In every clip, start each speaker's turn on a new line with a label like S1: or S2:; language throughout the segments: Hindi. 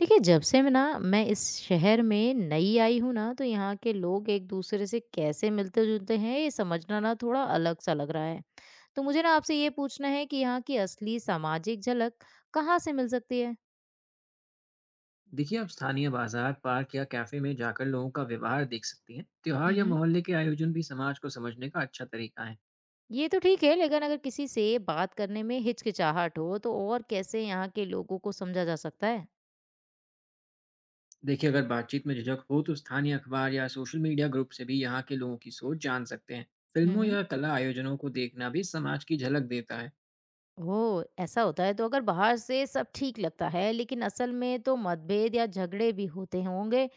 S1: देखिए, जब से मैं इस शहर में नई आई हूँ ना, तो यहाँ के लोग एक-दूसरे से कैसे मिलते-जुलते हैं, ये समझना ना थोड़ा अलग-सा लग रहा है। तो मुझे ना आपसे ये पूछना है कि यहाँ की असली सामाजिक झलक कहाँ से मिल सकती है?
S2: देखिए, आप स्थानीय बाजार, पार्क या कैफे में जाकर लोगों का व्यवहार देख सकती हैं। त्योहार
S1: हुँ,
S2: या
S1: हुँ।
S2: मोहल्ले के आयोजन भी समाज को समझने का अच्छा तरीका है।
S1: ये तो ठीक है, लेकिन अगर किसी से बात करने में हिचकिचाहट हो, तो और कैसे यहाँ के लोगों को समझा जा सकता
S2: देखिए, अगर बातचीत में झिझक हो तो स्थानीय अखबार या सोशल मीडिया ग्रुप से भी यहाँ के लोगों की सोच जान सकते हैं। फिल्मों
S1: है?
S2: या कला आयोजनों को देखना भी समाज की झलक देता है।
S1: ओह! ऐसा होता है तो अगर बाहर से सब ठीक लगता है लेकिन असल में तो मतभेद या झगड़े भी होते होंगे,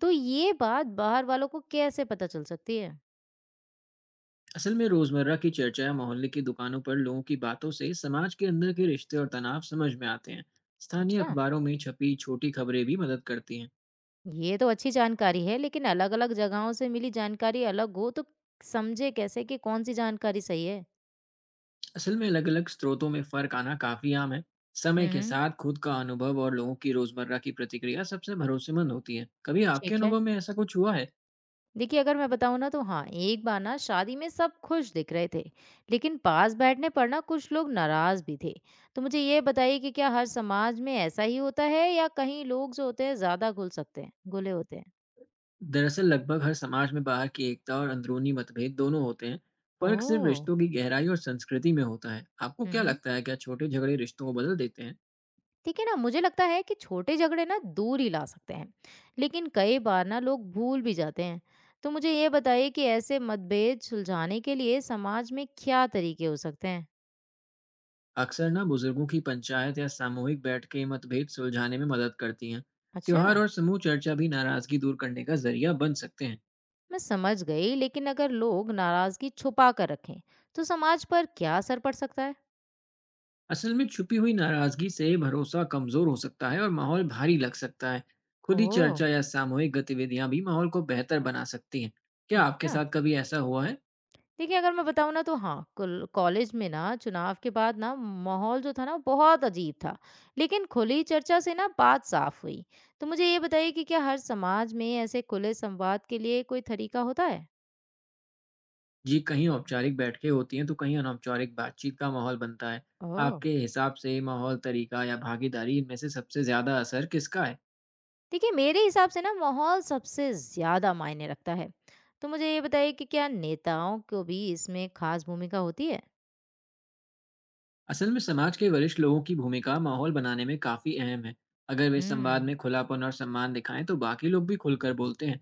S1: तो ये बात बाहर वालों को कैसे पता चल सकती है?
S2: असल में रोजमर्रा की चर्चा या मोहल्ले की दुकानों पर लोगों की बातों से समाज के अंदर के रिश्ते और तनाव समझ में आते हैं। स्थानीय
S1: अच्छा,
S2: अखबारों में छपी छोटी खबरें भी मदद करती हैं।
S1: ये तो अच्छी जानकारी है लेकिन अलग-अलग जगहों से मिली जानकारी अलग हो तो समझे कैसे कि कौन सी जानकारी सही है?
S2: असल में अलग अलग स्रोतों में फर्क आना काफी आम है।
S1: हुँ,
S2: समय के
S1: हुँ,
S2: साथ खुद का अनुभव और लोगों की रोजमर्रा की प्रतिक्रिया सबसे भरोसेमंद होती है। कभी आपके
S1: ठीक है।
S2: अनुभव में ऐसा कुछ हुआ है?
S1: देखिए अगर मैं बताऊँ ना तो हाँ, एक बार ना शादी में सब खुश दिख रहे थे, लेकिन पास बैठने पर ना कुछ लोग नाराज़ भी थे। तो मुझे ये बताइए कि क्या हर समाज में ऐसा ही होता है या कहीं लोग जो होते हैं ज़्यादा घुल सकते हैं घुले होते हैं?
S2: दरअसल लगभग हर समाज में बाहर की एकता और अंदरूनी मतभेद दोनों होते हैं। फर्क सिर्फ
S1: ओह!
S2: रिश्तों की गहराई और संस्कृति में होता है। आपको
S1: हुँ,
S2: क्या
S1: हुँ।
S2: लगता है, क्या छोटे झगड़े रिश्तों को बदल देते हैं?
S1: ठीक है ना, मुझे लगता है कि छोटे झगड़े ना दूर ही ला सकते हैं, लेकिन कई बार ना लोग भूल भी जाते हैं। तो मुझे ये बताइए कि ऐसे मतभेद सुलझाने के लिए समाज में क्या तरीके हो सकते हैं?
S2: अक्सर ना बुजुर्गों की पंचायत या सामूहिक बैठकें ये मतभेद सुलझाने में मदद करती हैं।
S1: अच्छा।
S2: त्योहार और समूह चर्चा भी नाराजगी दूर करने का जरिया बन सकते हैं।
S1: मैं समझ गई लेकिन अगर लोग नाराजगी छुपा कर रखें तो समाज पर क्या असर पड़ सकता है।
S2: असल में छुपी हुई नाराजगी से भरोसा कमजोर हो सकता है और माहौल भारी लग सकता है। खुली
S1: ओह।
S2: चर्चा या सामूहिक गतिविधियां भी माहौल को बेहतर बना सकती हैं। क्या आपके
S1: अच्छा।
S2: साथ कभी ऐसा हुआ है?
S1: देखिए अगर मैं बताऊँ ना तो हाँ, कॉलेज में ना चुनाव के बाद ना माहौल जो था ना बहुत अजीब था, लेकिन खुली चर्चा से ना बात साफ हुई। तो मुझे ये बताइए कि क्या हर समाज में ऐसे खुले संवाद के लिए कोई तरीका होता है।
S2: जी, कहीं औपचारिक बैठकें होती हैं तो कहीं अनौपचारिक बातचीत का माहौल बनता है।
S1: ओह।
S2: आपके हिसाब से माहौल, तरीका या भागीदारी, इनमें से सबसे ज्यादा असर किसका है?
S1: देखिए मेरे हिसाब से ना माहौल सबसे ज्यादा मायने रखता है। तो मुझे ये बताइए कि क्या नेताओं को भी इसमें खास भूमिका होती है।
S2: असल में समाज के वरिष्ठ लोगों की भूमिका माहौल बनाने में काफी अहम है। अगर वे संवाद
S1: हम्म।
S2: में खुलापन और सम्मान दिखाएं तो बाकी लोग भी खुलकर बोलते हैं।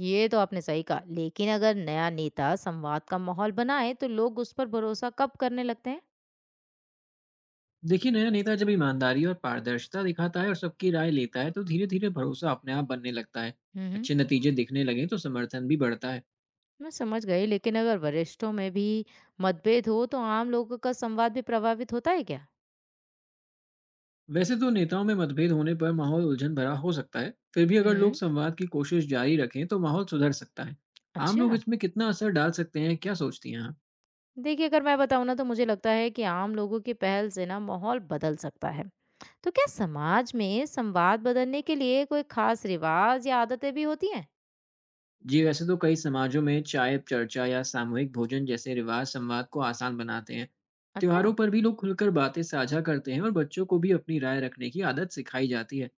S1: ये तो आपने सही कहा लेकिन अगर नया नेता संवाद का माहौल बनाए तो लोग उस पर भरोसा कब करने लगते हैं?
S2: देखिए, नया नेता जब ईमानदारी और पारदर्शिता दिखाता है और सबकी राय लेता है तो धीरे धीरे भरोसा अपने आप बनने लगता है।
S1: हम्म।
S2: अच्छे नतीजे दिखने लगे तो समर्थन भी बढ़ता है।
S1: मैं समझ गई लेकिन अगर वरिष्ठों में भी मतभेद हो तो आम लोगों का संवाद भी प्रभावित होता है क्या?
S2: वैसे तो नेताओं में मतभेद होने पर माहौल उलझन भरा हो सकता है, फिर भी अगर लोग
S1: हम्म।
S2: संवाद की कोशिश जारी रखें तो माहौल सुधर सकता है। आम लोग
S1: अच्छा।
S2: इसमें कितना असर डाल सकते हैं, क्या सोचती हैं आप?
S1: देखिए अगर मैं बताऊं ना तो मुझे लगता है कि आम लोगों की पहल से ना माहौल बदल सकता है। तो क्या समाज में संवाद बदलने के लिए कोई खास रिवाज या आदतें भी होती हैं?
S2: जी, वैसे तो कई समाजों में चाय पे चर्चा या सामूहिक भोजन जैसे रिवाज संवाद को आसान बनाते हैं।
S1: अच्छा।
S2: त्योहारों पर भी लोग खुलकर बातें साझा करते हैं और बच्चों को भी अपनी राय रखने की आदत सिखाई जाती है।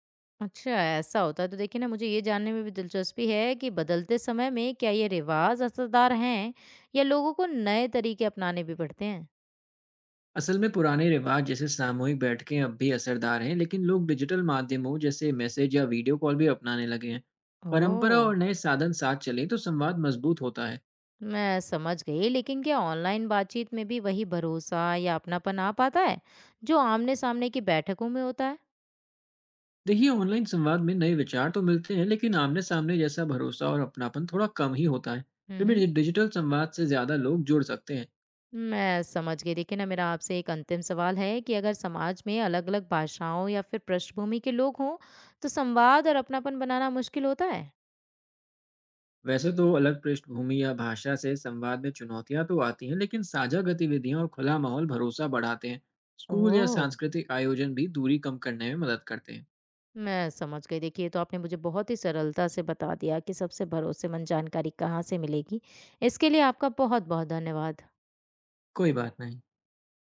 S1: अच्छा, ऐसा होता है तो देखिए ना मुझे ये जानने में भी दिलचस्पी है कि बदलते समय में क्या ये रिवाज असरदार हैं या लोगों को नए तरीके अपनाने भी पड़ते हैं?
S2: असल में पुराने रिवाज जैसे सामूहिक बैठकें अब भी असरदार हैं, लेकिन लोग डिजिटल माध्यमों जैसे मैसेज या वीडियो कॉल भी अपनाने लगे हैं। परंपरा
S1: ओह।
S2: और नए साधन साथ चलें तो संवाद मजबूत होता है।
S1: मैं समझ गई लेकिन क्या ऑनलाइन बातचीत में भी वही भरोसा या अपनापन आ पाता है जो आमने सामने की बैठकों में होता है?
S2: देखिए, ऑनलाइन संवाद में नए विचार तो मिलते हैं, लेकिन आमने सामने जैसा भरोसा और अपनापन थोड़ा कम ही होता है। फिर
S1: हम्म।
S2: भी डिजिटल संवाद से ज़्यादा लोग जुड़ सकते हैं।
S1: मैं समझ गई। देखिए ना, मेरा आपसे एक अंतिम सवाल है कि अगर समाज में अलग अलग भाषाओं या फिर पृष्ठभूमि के लोग हों तो संवाद और अपनापन बनाना मुश्किल होता है?
S2: वैसे तो अलग पृष्ठभूमि या भाषा से संवाद में चुनौतियां तो आती हैं, लेकिन साझा गतिविधियां और खुला माहौल भरोसा बढ़ाते हैं। स्कूल या
S1: ओह।
S2: सांस्कृतिक आयोजन भी दूरी कम करने में मदद करते हैं।
S1: मैं समझ गई। देखिए, ये तो आपने मुझे बहुत ही सरलता से बता दिया कि सबसे भरोसेमंद जानकारी कहाँ से मिलेगी। इसके लिए आपका बहुत-बहुत धन्यवाद।
S2: कोई बात नहीं।